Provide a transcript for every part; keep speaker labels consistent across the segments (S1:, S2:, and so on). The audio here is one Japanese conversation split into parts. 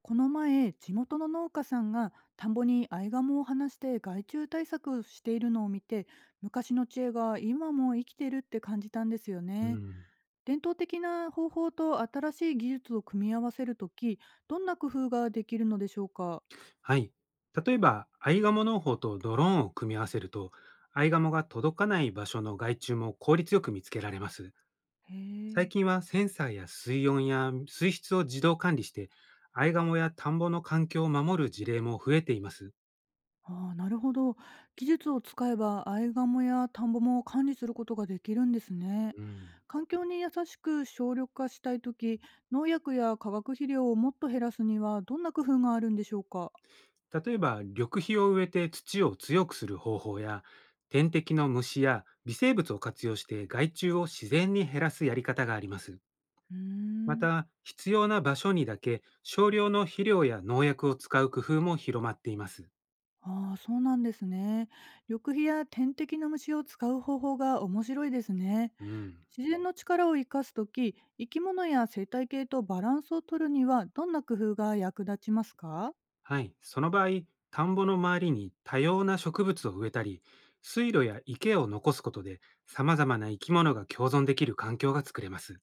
S1: この前、地元の農家さんが田んぼにアイガモを放して害虫対策をしているのを見て、昔の知恵が今も生きてるって感じたんですよ
S2: う
S1: ね。
S2: ん。
S1: 伝統的な方法と新しい技術を組み合わせるとき、どんな工夫ができるのでしょうか。
S2: はい。例えば、アイガモ農法とドローンを組み合わせると、アイガモが届かない場所の害虫も効率よく見つけられます。
S1: へ
S2: 最
S1: え。
S2: 近はセンサーや水温や水質を自動管理して、アイガモや田んぼの環境を守る事例も増えています。
S1: ああ、なるほど。技術を使えば、アイガモや田んぼも管理することができるんですね。
S2: うん。
S1: 環境に優しく省力化したいとき、農薬や化学肥料をもっと減らすには、どんな工夫があるんでしょうか？
S2: 例えば、緑肥を植えて土を強くする方法や、天敵の虫や微生物を活用して害虫を自然に減らすやり方があります。
S1: うー
S2: ま
S1: ん。
S2: た、必要な場所にだけ少量の肥料や農薬を使う工夫も広まっています。
S1: ああ、そうなんですね。緑肥や天敵の虫を使う方法が面白いですね。
S2: うん。
S1: 自然の力を生かすとき、生き物や生態系とバランスを取るには、どんな工夫が役立ちますか？
S2: はい、その場合、田んぼの周りに多様な植物を植えたり、水路や池を残すことで、様々な生き物が共存できる環境が作れます。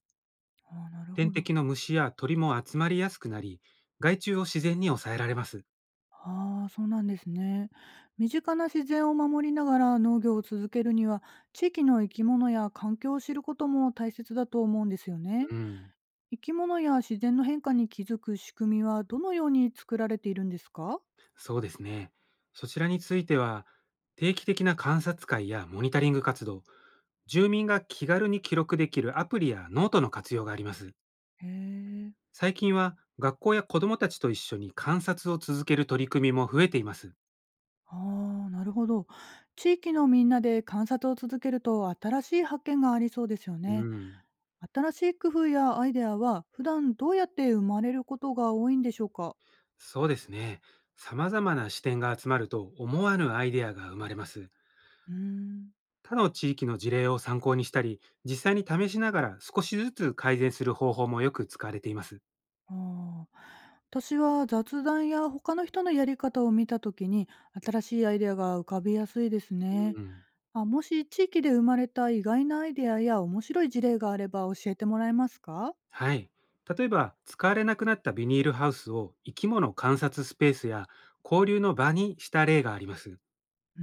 S1: ああ、なるほ
S2: 天敵
S1: ど。
S2: の虫や鳥も集まりやすくなり、害虫を自然に抑えられます。
S1: ああ、そうなんですね。身近な自然を守りながら農業を続けるには、地域の生き物や環境を知ることも大切だと思うんですよね。
S2: うん。
S1: 生き物や自然の変化に気づく仕組みはどのように作られているんですか？
S2: そうですね。そちらについては、定期的な観察会やモニタリング活動、住民が気軽に記録できるアプリやノートの活用があります。
S1: へえ。
S2: 最近は学校や子どもたちと一緒に観察を続ける取り組みも増えています。
S1: ああ、なるほど。地域のみんなで観察を続けると新しい発見がありそうですよ
S2: う
S1: ね。
S2: ん。
S1: 新しい工夫やアイデアは普段どうやって生まれることが多いんでしょうか？
S2: そうですね。様々な視点が集まると思わぬアイデアが生まれます。
S1: うーん。
S2: 他の地域の事例を参考にしたり、実際に試しながら少しずつ改善する方法もよく使われています。
S1: ああ、私は雑談や他の人のやり方を見た時に新しいアイデアが浮かびやすいです
S2: う
S1: ね。
S2: ん。
S1: あ、もし地域で生まれた意外なアイデアや面白い事例があれば教えてもらえますか？
S2: はい。例えば、使われなくなったビニールハウスを生き物観察スペースや交流の場にした例があります。
S1: うー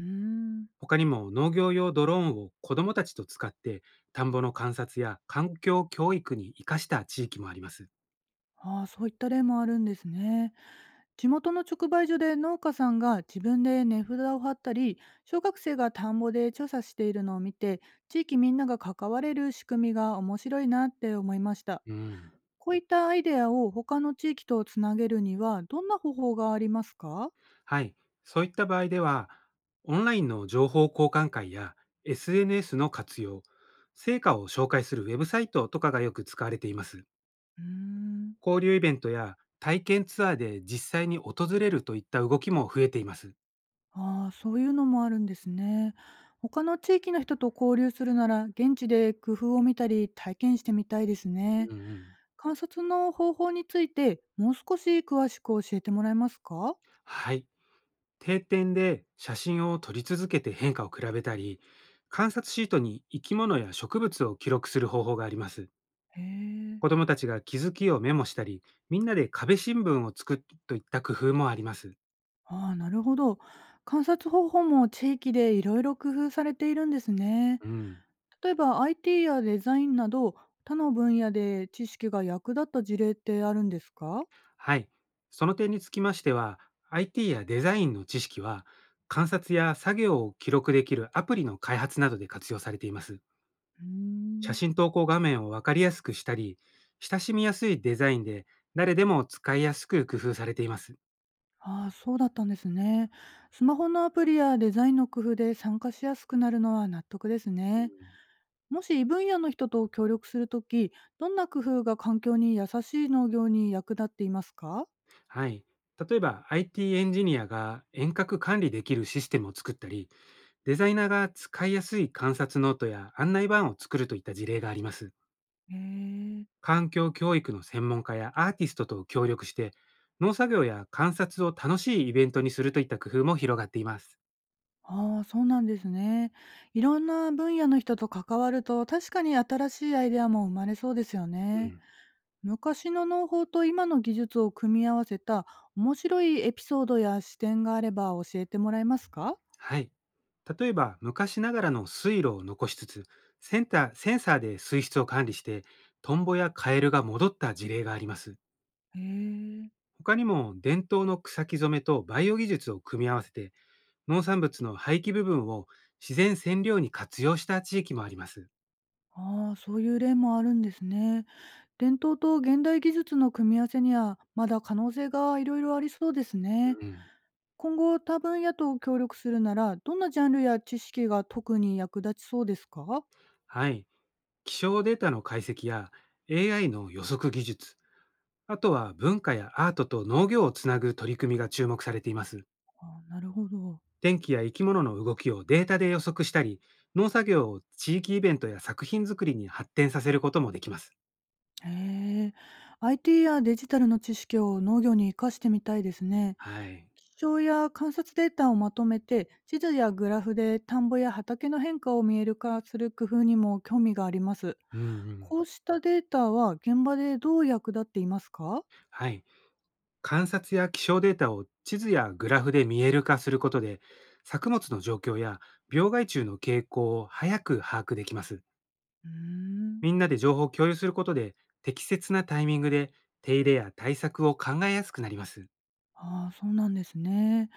S1: ん。
S2: 他にも農業用ドローンを子どもたちと使って田んぼの観察や環境教育に生かした地域もあります。
S1: ああ、そういった例もあるんですね。地元の直売所で農家さんが自分で値札を貼ったり、小学生が田んぼで調査しているのを見て、地域みんなが関われる仕組みが面白いなって思いました。
S2: うん。
S1: こういったアイデアを他の地域とつなげるにはどんな方法がありますか？
S2: はい。そういった場合では、オンラインの情報交換会や SNS の活用、成果を紹介するウェブサイトとかがよく使われています。
S1: うーん。
S2: 交流イベントや体験ツアーで実際に訪れるといった動きも増えています。
S1: ああ、そういうのもあるんですね。他の地域の人と交流するなら現地で工夫を見たり体験してみたいです
S2: うん
S1: ね。
S2: うん。
S1: 観察の方法についてもう少し詳しく教えてもらえますか？
S2: はい。定点で写真を撮り続けて変化を比べたり、観察シートに生き物や植物を記録する方法があります。
S1: へえ。
S2: 子どもたちが気づきをメモしたり、みんなで壁新聞を作るといった工夫もあります。
S1: ああ、なるほど。観察方法も地域でいろいろ工夫されているんですね。
S2: うん。
S1: 例えば IT やデザインなど他の分野で知識が役立った事例ってあるんですか？
S2: はい。その点につきましては、IT やデザインの知識は、観察や作業を記録できるアプリの開発などで活用されています。
S1: うー
S2: 写
S1: ん。
S2: 真投稿画面をわかりやすくしたり、親しみやすいデザインで誰でも使いやすく工夫されています。
S1: ああ、そうだったんですね。スマホのアプリやデザインの工夫で参加しやすくなるのは納得ですね。もし異分野の人と協力するとき、どんな工夫が環境に優しい農業に役立っていますか？
S2: はい。例えば IT エンジニアが遠隔管理できるシステムを作ったり、デザイナーが使いやすい観察ノートや案内板を作るといった事例があります。
S1: へえ。
S2: 環境教育の専門家やアーティストと協力して、農作業や観察を楽しいイベントにするといった工夫も広がっています。
S1: ああ、そうなんですね。いろんな分野の人と関わると確かに新しいアイデアも生まれそうですよ
S2: う
S1: ね。
S2: ん。
S1: 昔の農法と今の技術を組み合わせた面白いエピソードや視点があれば教えてもらえますか？
S2: はい。例えば、昔ながらの水路を残しつつ、センサーで水質を管理して、トンボやカエルが戻った事例があります。
S1: へえ、
S2: 他にも、伝統の草木染めとバイオ技術を組み合わせて、農産物の廃棄部分を自然染料に活用した地域もあります。
S1: ああ、そういう例もあるんですね。伝統と現代技術の組み合わせにはまだ可能性がいろいろありそうですね。
S2: うん。
S1: 今後多分野と協力するならどんなジャンルや知識が特に役立ちそうですか？
S2: はい。気象データの解析や AI の予測技術、あとは文化やアートと農業をつなぐ取り組みが注目されています。
S1: ああ、なるほど。
S2: 天気や生き物の動きをデータで予測したり、農作業を地域イベントや作品作りに発展させることもできます。
S1: へえ、IT やデジタルの知識を農業に活かしてみたいですね。
S2: はい。
S1: 気象や観察データをまとめて、地図やグラフで田んぼや畑の変化を見える化する工夫にも興味があります。
S2: うんうん。
S1: こうしたデータは現場でどう役立っていますか？
S2: はい。観察や気象データを地図やグラフで見える化することで、作物の状況や病害虫の傾向を早く把握できます。
S1: うーん。
S2: みんなで情報を共有することで、適切なタイミングで手入れや対策を考えやすくなります。
S1: ああ、そうなんですね。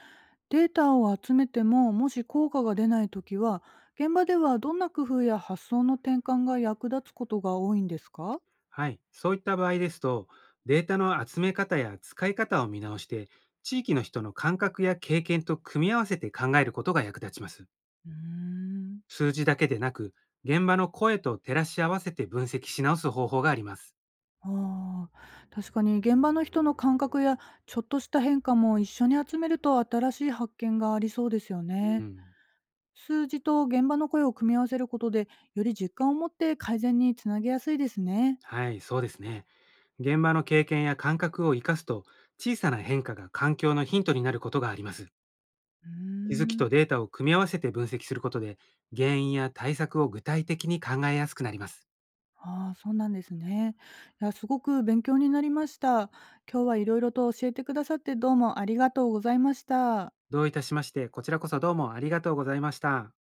S1: データを集めても、もし効果が出ないときは、現場ではどんな工夫や発想の転換が役立つことが多いんですか？
S2: はい、そういった場合ですと、データの集め方や使い方を見直して、地域の人の感覚や経験と組み合わせて考えることが役立ちます。
S1: うーん。
S2: 数字だけでなく、現場の声と照らし合わせて分析し直す方法があります。
S1: ああ、確かに現場の人の感覚やちょっとした変化も一緒に集めると新しい発見がありそうですよ
S2: う
S1: ね。
S2: ん、
S1: 数字と現場の声を組み合わせることでより実感を持って改善につなげやすいですね。
S2: はい、そうですね。現場の経験や感覚を生かすと、小さな変化が環境のヒントになることがあります。
S1: うー
S2: 気づき
S1: ん。
S2: とデータを組み合わせて分析することで、原因や対策を具体的に考えやすくなります。
S1: ああ、そうなんですね。いや、すごく勉強になりました。今日はいろいろと教えてくださってどうもありがとうございました。
S2: どういたしまして、こちらこそどうもありがとうございました。